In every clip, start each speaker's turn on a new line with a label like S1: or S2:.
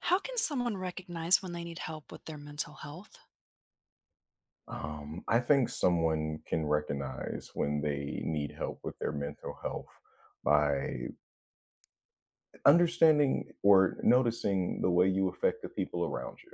S1: How can someone recognize when they need help with their mental health?
S2: I think someone can recognize when they need help with their mental health by understanding or noticing the way you affect the people around you.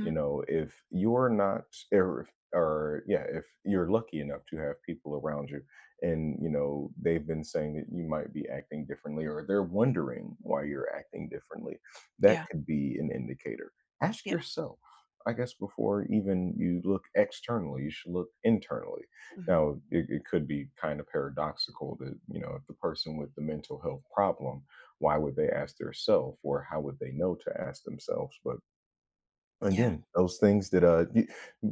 S2: You know, if you're not, or yeah, if you're lucky enough to have people around you and, you know, they've been saying that you might be acting differently or they're wondering why you're acting differently, that
S1: Yeah.
S2: could be an indicator. Ask
S1: Yeah.
S2: yourself. I guess before even you look externally, you should look internally.
S1: Mhm.
S2: Now, it could be kind of paradoxical that, you know, if the person with the mental health problem why would they ask theirself or how would they know to ask themselves but
S1: Yeah.
S2: again, those things that, y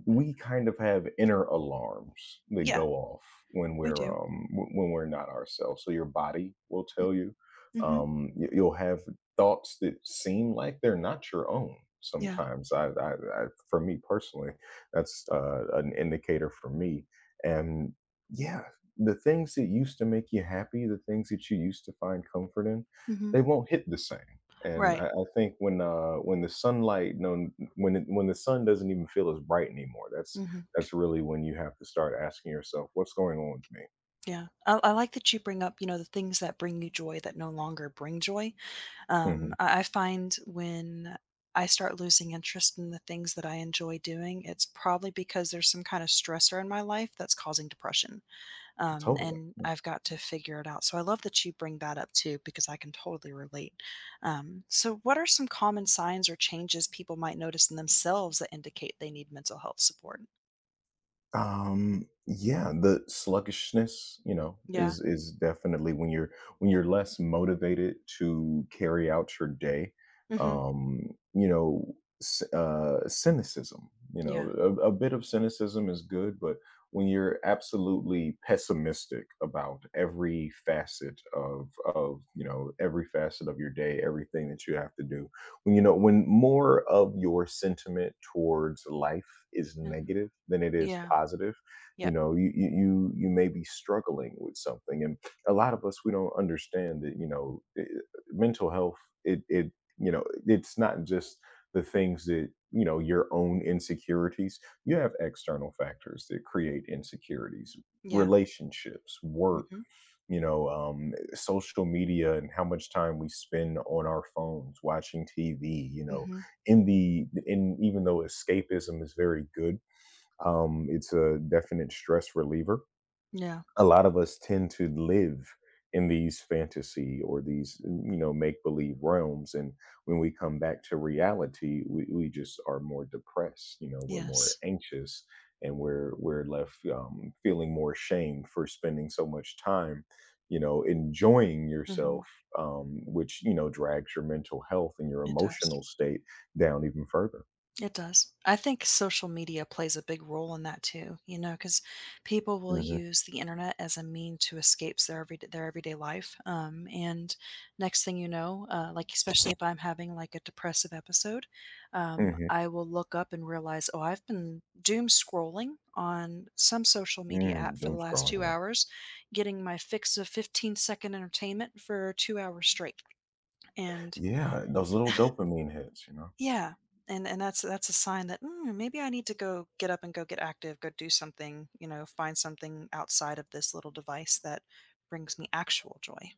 S2: we kind of have inner alarms that
S1: Yeah.
S2: go off when
S1: We
S2: we're,
S1: do.
S2: w when we're not ourselves. So your body will
S1: Mm.
S2: tell you,
S1: Mhm.
S2: you'll have thoughts that seem like they're not your own
S1: Yeah.
S2: sometimes. I for me personally, that's, an indicator for me, and yeah, the things that used to make you happy, the things that you used to find comfort in,
S1: Mhm.
S2: they won't hit the same, and
S1: Right.
S2: I think when when the sun doesn't even feel as bright anymore.
S1: Mhm.
S2: That's really when you have to start asking yourself, "What's going on
S1: Yeah. I like that you bring up the things that bring you joy that no longer bring joy.
S2: with me?" Mhm.
S1: I find when I start losing interest in the things that I enjoy doing, it's probably because there's some kind of stressor in my life that's causing depression.
S2: Totally.
S1: And I've got to figure it out. So I love that you bring that up too, because I can totally relate. So, what are some common signs or changes people might notice in themselves that indicate they need mental health support?
S2: Yeah, the sluggishness, you know,
S1: Yeah.
S2: is definitely when you're less motivated to carry out your day.
S1: Hmm.
S2: You know, cynicism. You know,
S1: Yeah.
S2: a bit of cynicism is good, but when you're absolutely pessimistic about every facet of you know every facet of your day, everything that you have to do, you know when more of your sentiment towards life is
S1: Hmm.
S2: negative than it is
S1: Yeah.
S2: positive. You
S1: Yep.
S2: know you may be struggling with something and a lot of us we don't understand that, you know, mental health it it you know it's not just the things that, you know, your own insecurities. You have external factors that create insecurities,
S1: Yeah.
S2: relationships, work,
S1: Hmm.
S2: you know. Social media and how much time we spend on our phones watching TV, you know,
S1: Hmm.
S2: in the in even though escapism is very good, it's a definite stress reliever.
S1: Yeah.
S2: A lot of us tend to live in these fantasy or these you know, make believe realms, and when we come back to reality we just are more depressed. You know, we're more
S1: Yes.
S2: anxious, and we're left, feeling more shame for spending so much time, you know, enjoying
S1: Hmm.
S2: yourself, which you know drags your mental health and your
S1: It does.
S2: emotional state down even further.
S1: It does. I think social media plays a big role in that too, you know, because people will
S2: hmm
S1: use the internet as a mean to escape their everyday life, and next thing you know, like, especially if I'm having, like, a depressive episode,
S2: hmm
S1: I will look up and realize, "Oh, I've been doom scrolling on some social media app for the
S2: Doom
S1: last
S2: scrolling,
S1: 2
S2: yeah.
S1: hours, getting my fix of 15-second entertainment for 2 hours straight," and
S2: Yeah, those little dopamine hits, you know.
S1: yeah, and that's a sign that, "Mm, maybe I need to go get up and go get active, go do something, you know, find something outside of this little device that brings me actual joy."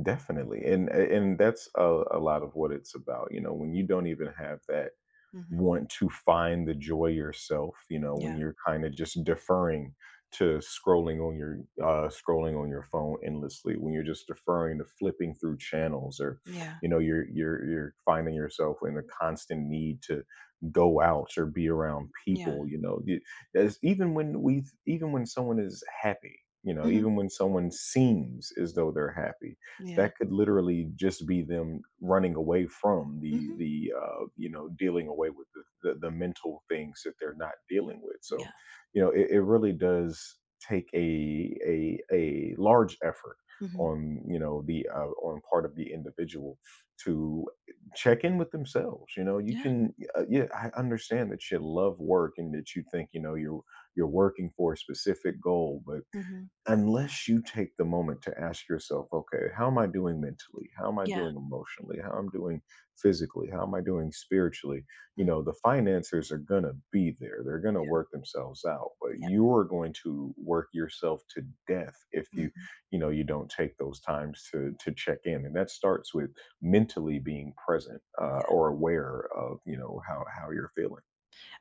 S2: Definitely. And that's a lot of what it's about. You know, when you don't even have that
S1: Mhm.
S2: want to find the joy yourself, you know, when
S1: Yeah.
S2: you're kind of just deferring to scrolling on your phone endlessly, when you're just deferring to flipping through channels or
S1: Yeah.
S2: you know, you're finding yourself in a constant need to go out or be around
S1: Yeah.
S2: people, you know. As even when we even when someone is happy, you know,
S1: Mhm.
S2: even when someone seems as though they're happy,
S1: Yeah.
S2: that could literally just be them running away from
S1: Mhm.
S2: the you know, dealing away with the mental things that they're not dealing with. So,
S1: Yeah.
S2: you know, it really does take a large effort
S1: Mhm.
S2: on you know the on part of the individual to check in with themselves. You know, you
S1: Yeah.
S2: can yeah, I understand that you love work and that you think, you know, you're working for a specific goal, but
S1: Mhm.
S2: unless you take the moment to ask yourself, okay, how am I doing mentally? How am I
S1: Yeah.
S2: doing emotionally? How am I doing physically? How am I doing spiritually? You
S1: Mhm.
S2: know, the financiers are going to be there. They're going to
S1: Yeah.
S2: work themselves out, but
S1: Yeah.
S2: you are going to work yourself to death if you,
S1: Mhm.
S2: you know, you don't take those times to check in. And that starts with mentally being present,
S1: Yeah.
S2: or aware of, you know, how you're feeling.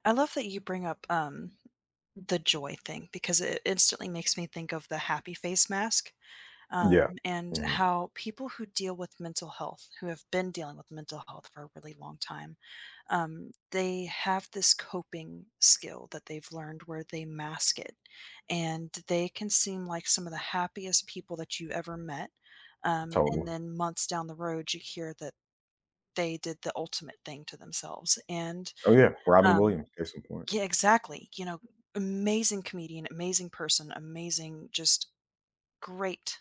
S1: I love that you bring up, the joy thing because it instantly makes me think of the happy face mask. um,
S2: Yeah.
S1: and
S2: Hmm.
S1: how people who deal with mental health, who have been dealing with mental health for a really long time, they have this coping skill that they've learned where they mask it. And they can seem like some of the happiest people that you ever met. And
S2: Totally.
S1: then months down the road, you hear that they did the ultimate thing to themselves. And
S2: Oh yeah, Robin
S1: um,
S2: Williams at some point.
S1: yeah, exactly. You know, amazing comedian, amazing person, amazing, just great.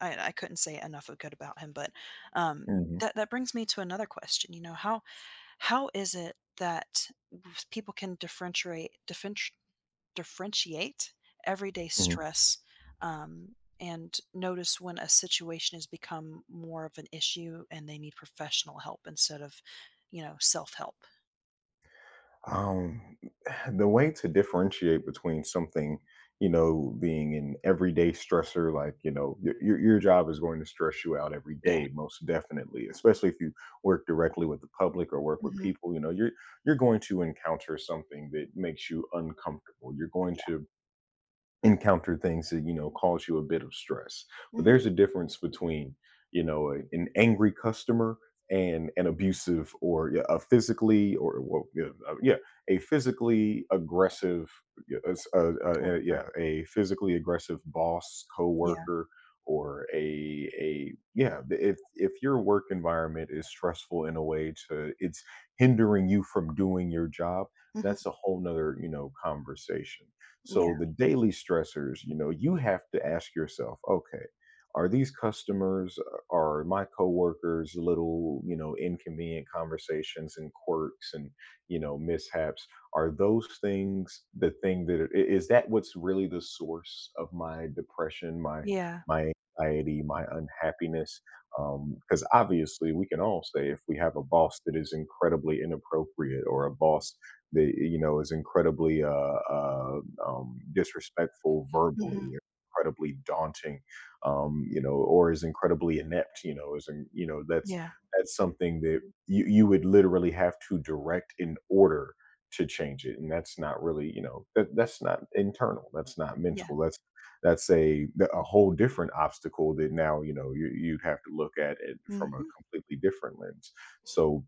S1: I couldn't say enough of good about him, but, um,
S2: hmm
S1: that brings me to another question, you know, how is it that s people can differentiate different differentiate everyday
S2: hmm
S1: stress, um, and notice when a situation has become more of an issue and they need professional help instead of, you know, self-help?
S2: um the way to differentiate between something, you know, being an everyday stressor, like, you know, your job is going to stress you out every
S1: Yeah,
S2: day, most definitely, especially if you work directly with the public or work with
S1: mhm,
S2: people. You know, you're going to encounter something that makes you uncomfortable. You're going
S1: yeah,
S2: to encounter things that, you know, cause you a bit of stress, but
S1: mhm,
S2: there's a difference between, you know, an angry customer and an abusive or yeah, a physically or well, yeah, a physically aggressive
S1: coworker,
S2: a physically aggressive boss,
S1: yeah,
S2: coworker, or a yeah th- if your work environment is stressful in a way to it's hindering you from doing your job,
S1: mhm,
S2: that's a whole nother, you know, conversation. So
S1: yeah,
S2: the daily stressors, you know, you have to ask yourself, okay, are these customers, are my coworkers little, you know, inconvenient conversations and quirks and, you know, mishaps? Are those things the thing that is that what's really the source of my depression,
S1: yeah,
S2: my anxiety, my unhappiness? Because obviously, we can all say if we have a boss that is incredibly inappropriate or a boss that, you know, is incredibly disrespectful verbally,
S1: mhm,
S2: incredibly daunting, you know, or is incredibly inept. You know, you know,
S1: yeah,
S2: that's something that you would literally have to direct in order to change it, and that's not really, you know, that's not internal, that's not
S1: yeah,
S2: mental, that's a whole different obstacle that now, you know, you'd have to look at it from a
S1: mhm,
S2: completely different lens. So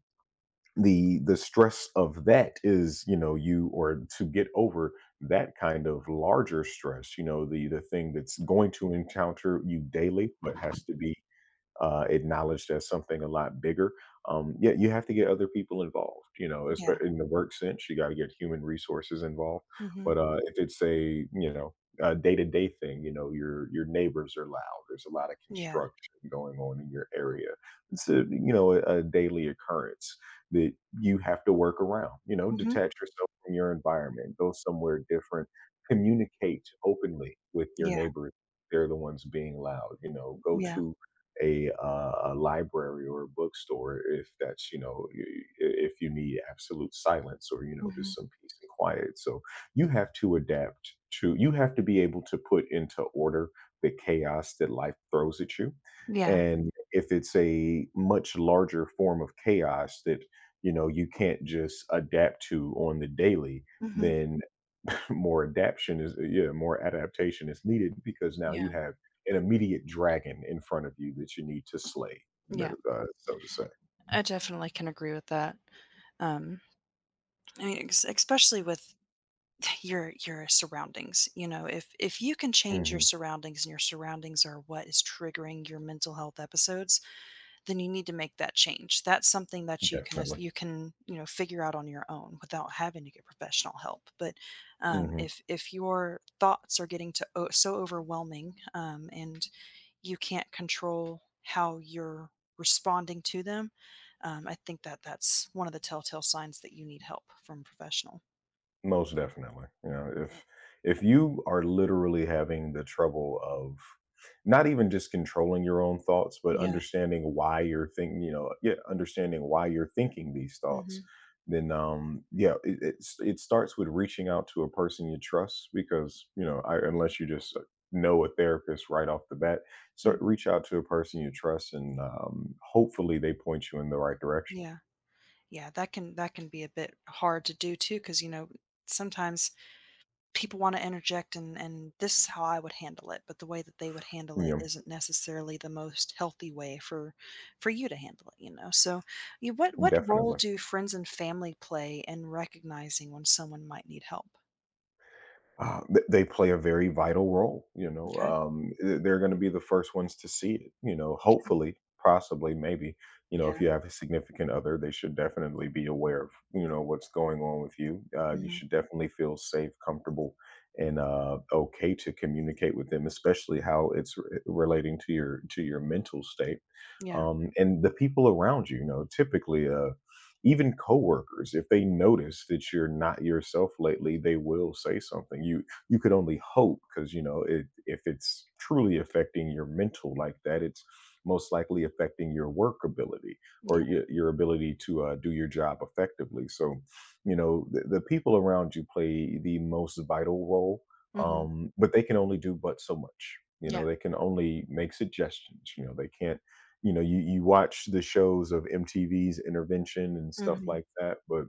S2: the stress of that is, you know, you or to get over that kind of larger stress, you know, the thing that's going to encounter you daily but has to be acknowledged as something a lot bigger. Yeah, you have to get other people involved, you know,
S1: yeah,
S2: especially in the work sense. You got to get human resources involved.
S1: mhm,
S2: But if it's a, you know, a day-to-day thing, you know, your neighbors are loud. There's a lot of
S1: yeah,
S2: construction going on in your area. It's a, you know, a daily occurrence that you have to work around. You know,
S1: mhm.
S2: detach yourself from your environment, go somewhere different, communicate openly with your
S1: Yeah,
S2: neighbors. They're the ones being loud. You know, go
S1: yeah,
S2: to a library or a bookstore if that's, you know, if you need absolute silence or, you know, just
S1: mhm,
S2: some peace and quiet. So you have to adapt to you have to be able to put into order the chaos that life throws at you,
S1: yeah,
S2: and if it's a much larger form of chaos that, you know, you can't just adapt to on the daily,
S1: mhm,
S2: then more adaptation is yeah, more adaptation is needed because now you
S1: yeah,
S2: have an immediate dragon in front of you that you need to slay,
S1: yeah,
S2: so to say.
S1: I definitely can agree with that. Um, I mean, ex especially with your surroundings, you know, if you can change your
S2: Hmm.
S1: surroundings and your surroundings are what is triggering your mental health episodes, then you need to make that change. That's something that
S2: Definitely.
S1: you can, you know, figure out on your own without having to get professional help. But,
S2: Hmm.
S1: if your thoughts are getting to o so overwhelming, and you can't control how you're responding to them, I think that that's one of the telltale signs that you need help from a professional.
S2: Most definitely. You know, if you are literally having the trouble of not even just controlling your own thoughts, but
S1: Yeah.
S2: understanding why you're thinking, you know, yeah, understanding why you're thinking these thoughts,
S1: Mhm.
S2: then yeah, it starts with reaching out to a person you trust because, you know, I, unless you just know a therapist right off the bat, so
S1: Mhm.
S2: reach out to a person you trust and hopefully they point you in the right direction.
S1: Yeah. Yeah, that can be a bit hard to do too, because you know, sometimes people wanna interject and this is how I would handle it, but the way that they would handle it
S2: You
S1: isn't necessarily the most healthy way for you to handle it, you know? So, you
S2: know,
S1: what role
S2: definitely.
S1: do friends and family play in recognizing when someone might need help?
S2: They play a very vital role, you know.
S1: Okay.
S2: They're going to be the first ones to see it, you know. Hopefully, possibly, maybe, you know,
S1: Yeah.
S2: if you have a significant other, they should definitely be aware of, you know, what's going on with you. You
S1: Mhm.
S2: should definitely feel safe, comfortable, and okay to communicate with them, especially how it's relating to your mental state,
S1: Yeah.
S2: and the people around you. You know, typically. Even coworkers, if they notice that you're not yourself lately, they will say something. You you could only hope because, you know, if it's truly affecting your mental like that, it's most likely affecting your work ability or
S1: Yeah.
S2: your ability to do your job effectively. So you know the people around you play the most vital role,
S1: Mhm.
S2: but they can only do but so much. You know,
S1: Yeah.
S2: they can only make suggestions. You know, they can't, you know, you watch the shows of MTV's Intervention and stuff
S1: Mhm.
S2: like that, but,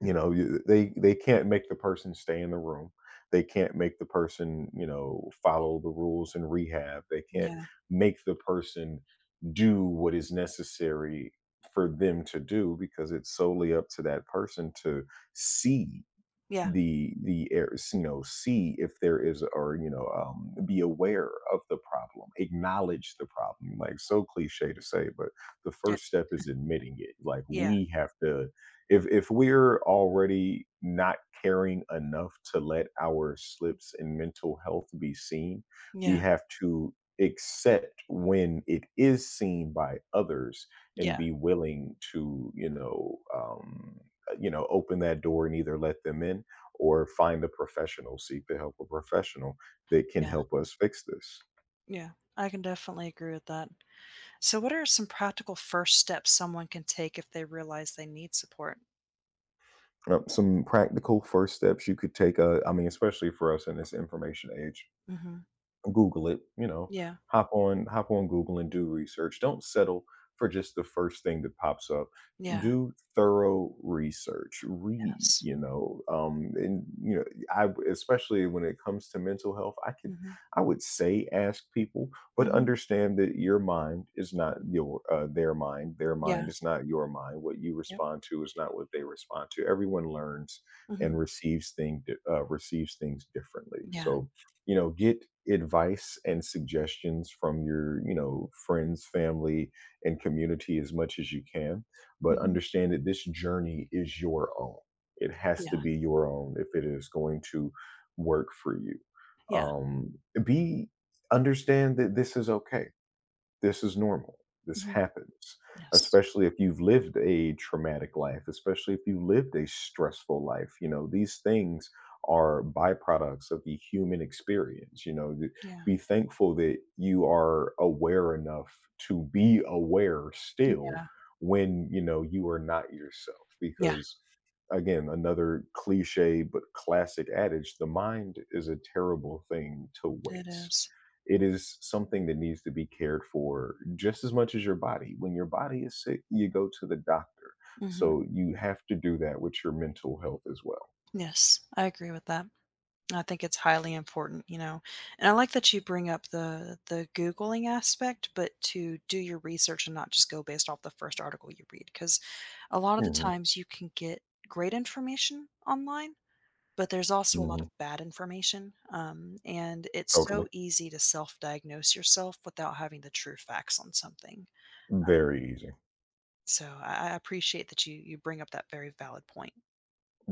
S2: you know, you they can't make the person stay in the room. They can't make the person, you know, follow the rules in rehab. They can't
S1: Yeah.
S2: make the person do what is necessary for them to do because it's solely up to that person to see
S1: Yeah.
S2: the areas, you know, see if there is, or, you know, be aware of the problem, acknowledge the problem. Like, so cliche to say, but the
S1: It
S2: first step is admitting it. Like,
S1: yeah.
S2: we have to if we're already not caring enough to let our slips in mental health be seen, we
S1: Yeah.
S2: have to accept when it is seen by others and
S1: Yeah.
S2: be willing to, you know, you know, open that door and either let them in or find a professional, seek the help of a professional that can
S1: Yeah.
S2: help us fix this.
S1: Yeah. I can definitely agree with that. So what are some practical first steps someone can take if they realize they need support?
S2: Some practical first steps you could take, I mean, especially for us in this information age,
S1: Mhm.
S2: Google it, you know,
S1: Yeah.
S2: hop on Google and do research. Don't settle for just the first thing that pops up.
S1: Yeah.
S2: Do thorough research. Read,
S1: Yes.
S2: you know, and you know, I especially when it comes to mental health, I could,
S1: Mhm.
S2: I would say ask people, but
S1: Mhm.
S2: understand that your mind is not
S1: Mhm.
S2: your their mind. Their mind
S1: Yeah.
S2: is not your mind. What you
S1: Yep.
S2: respond to is not what they respond to. Everyone learns and
S1: Mhm.
S2: receives thing receives things differently.
S1: Yeah.
S2: So you know get advice and suggestions from your, you know, friends, family, and community as much as you can, but
S1: Mhm.
S2: understand that this journey is your own. It has to
S1: Yeah.
S2: be your own if it is going to work for you.
S1: Yeah.
S2: um be understand that this is okay. This is normal. This
S1: Mhm.
S2: happens,
S1: Yes.
S2: especially if you've lived a traumatic life, especially if you lived a stressful life. You know, these things are byproducts of the human experience. You know,
S1: Yeah.
S2: be thankful that you are aware enough to be aware still
S1: Yeah.
S2: when, you know, you are not yourself
S1: Yeah.
S2: because again, another cliche but classic adage, the mind is a terrible thing to
S1: It
S2: waste.
S1: is.
S2: It is something that needs to be cared for just as much as your body. When your body is sick, you go to the doctor.
S1: Mhm.
S2: So you have to do that with your mental health as well.
S1: Yes. I agree with that. I think it's highly important, you know. And I like that you bring up the googling aspect, but to do your research and not just go based off the first article you read because a lot of the
S2: Hmm.
S1: times you can get great information online, but there's also a lot
S2: Hmm.
S1: of bad information. And it's
S2: Totally.
S1: so easy to self-diagnose yourself without having the true facts on something.
S2: Very easy.
S1: So I appreciate that you bring up that very valid point.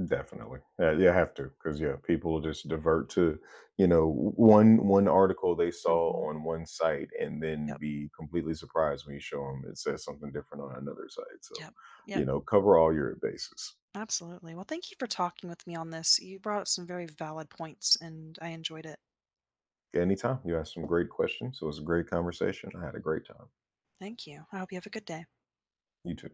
S2: Definitely. Yeah, you have to because yeah, people just divert to, you know, one article they saw
S1: Hmm.
S2: on one site and then
S1: Yep.
S2: be completely surprised when you show them it says something different on another site. So,
S1: Yep.
S2: you
S1: Yep.
S2: know, cover all your bases.
S1: Absolutely. Well, thank you for talking with me on this. You brought up some very valid points, and I enjoyed it.
S2: Anytime. You asked some great questions. So it was a great conversation. I had a great time.
S1: Thank you. I hope you have a good day.
S2: You too.